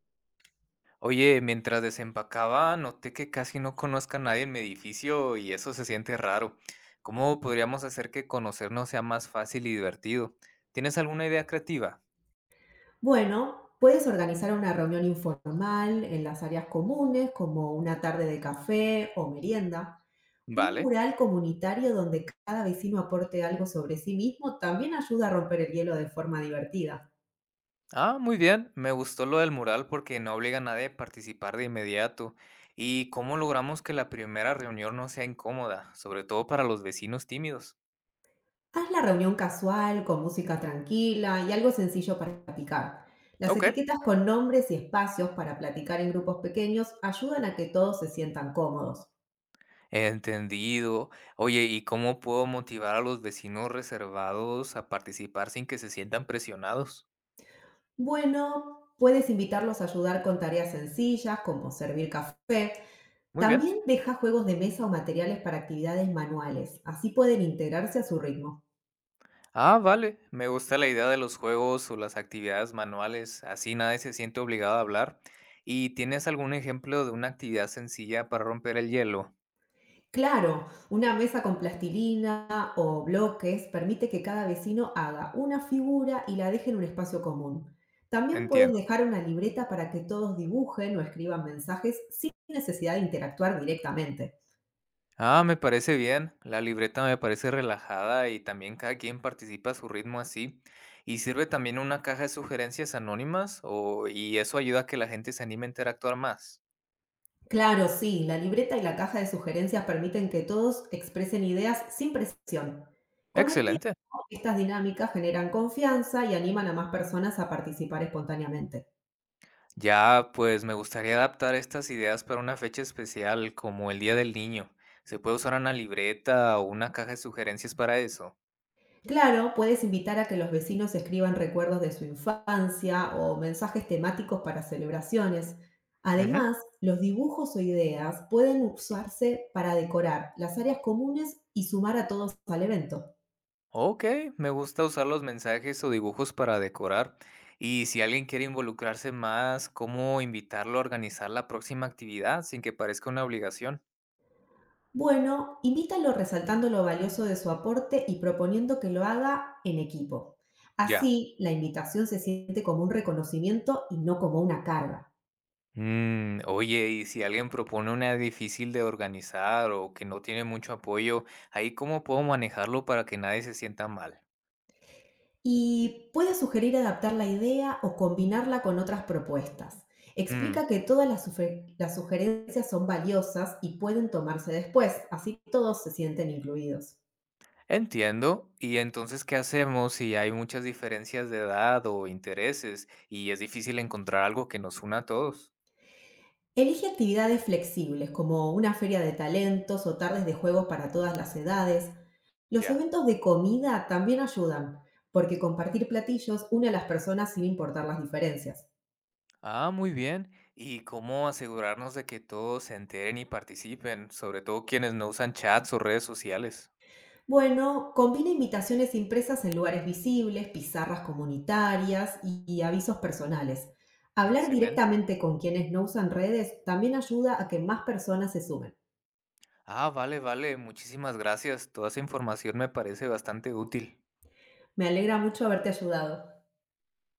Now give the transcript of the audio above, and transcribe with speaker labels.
Speaker 1: Oye, mientras desempacaba, noté que casi no conozco a nadie en mi edificio y eso se siente raro. ¿Cómo podríamos hacer que conocernos sea más fácil y divertido? ¿Tienes alguna idea creativa?
Speaker 2: Bueno, puedes organizar una reunión informal en las áreas comunes, como una tarde de café o merienda. Un
Speaker 1: Vale.
Speaker 2: mural comunitario donde cada vecino aporte algo sobre sí mismo también ayuda a romper el hielo de forma divertida.
Speaker 1: Ah, muy bien. Me gustó lo del mural porque no obliga a nadie a participar de inmediato. ¿Y cómo logramos que la primera reunión no sea incómoda, sobre todo para los vecinos tímidos?
Speaker 2: Haz la reunión casual, con música tranquila y algo sencillo para platicar. Las
Speaker 1: Ok.
Speaker 2: etiquetas con nombres y espacios para platicar en grupos pequeños ayudan a que todos se sientan cómodos.
Speaker 1: Entendido. Oye, ¿y cómo puedo motivar a los vecinos reservados a participar sin que se sientan presionados?
Speaker 2: Bueno, puedes invitarlos a ayudar con tareas sencillas como servir café.
Speaker 1: Muy
Speaker 2: También
Speaker 1: bien.
Speaker 2: deja juegos de mesa o materiales para actividades manuales, así pueden integrarse a su ritmo.
Speaker 1: Ah, vale. Me gusta la idea de los juegos o las actividades manuales. Así nadie se siente obligado a hablar. ¿Y tienes algún ejemplo de una actividad sencilla para romper el hielo?
Speaker 2: Claro, una mesa con plastilina o bloques permite que cada vecino haga una figura y la deje en un espacio común. También puedes
Speaker 1: Entiendo.
Speaker 2: dejar una libreta para que todos dibujen o escriban mensajes sin necesidad de interactuar directamente.
Speaker 1: Ah, me parece bien. La libreta me parece relajada y también cada quien participa a su ritmo así. ¿Y sirve también una caja de sugerencias anónimas? O, y eso ayuda a que la gente se anime a interactuar más.
Speaker 2: Claro, sí, la libreta y la caja de sugerencias permiten que todos expresen ideas sin presión. Con el tiempo,
Speaker 1: Excelente.
Speaker 2: estas dinámicas generan confianza y animan a más personas a participar espontáneamente.
Speaker 1: Ya, pues me gustaría adaptar estas ideas para una fecha especial, como el Día del Niño. ¿Se puede usar una libreta o una caja de sugerencias para eso?
Speaker 2: Claro, puedes invitar a que los vecinos escriban recuerdos de su infancia o mensajes temáticos para celebraciones.
Speaker 1: Ujú.
Speaker 2: Además, los dibujos o ideas pueden usarse para decorar las áreas comunes y sumar a todos al evento.
Speaker 1: Ok, me gusta usar los mensajes o dibujos para decorar. Y si alguien quiere involucrarse más, ¿cómo invitarlo a organizar la próxima actividad sin que parezca una obligación?
Speaker 2: Bueno, invítalo resaltando lo valioso de su aporte y proponiendo que lo haga en equipo.
Speaker 1: Ya.
Speaker 2: Así, la invitación se siente como un reconocimiento y no como una carga.
Speaker 1: Oye, y si alguien propone una difícil de organizar o que no tiene mucho apoyo, ¿ahí cómo puedo manejarlo para que nadie se sienta mal?
Speaker 2: Y puede sugerir adaptar la idea o combinarla con otras propuestas.
Speaker 1: Mm,
Speaker 2: Explica que todas las sugerencias son valiosas y pueden tomarse después, así todos se sienten incluidos.
Speaker 1: entiendo. ¿Y entonces qué hacemos si hay muchas diferencias de edad o intereses y es difícil encontrar algo que nos una a todos?
Speaker 2: Elige actividades flexibles como una feria de talentos o tardes de juegos para todas las edades. Los
Speaker 1: Ya.
Speaker 2: eventos de comida también ayudan, porque compartir platillos une a las personas sin importar las diferencias.
Speaker 1: Ah, muy bien. ¿Y cómo asegurarnos de que todos se enteren y participen, sobre todo quienes no usan chats o redes sociales?
Speaker 2: Bueno, combina invitaciones impresas en lugares visibles, pizarras comunitarias y avisos personales. Hablar
Speaker 1: Excelente.
Speaker 2: directamente con quienes no usan redes también ayuda a que más personas se sumen.
Speaker 1: Ah, vale, vale. Muchísimas gracias. Toda esa información me parece bastante útil.
Speaker 2: Me alegra mucho haberte ayudado.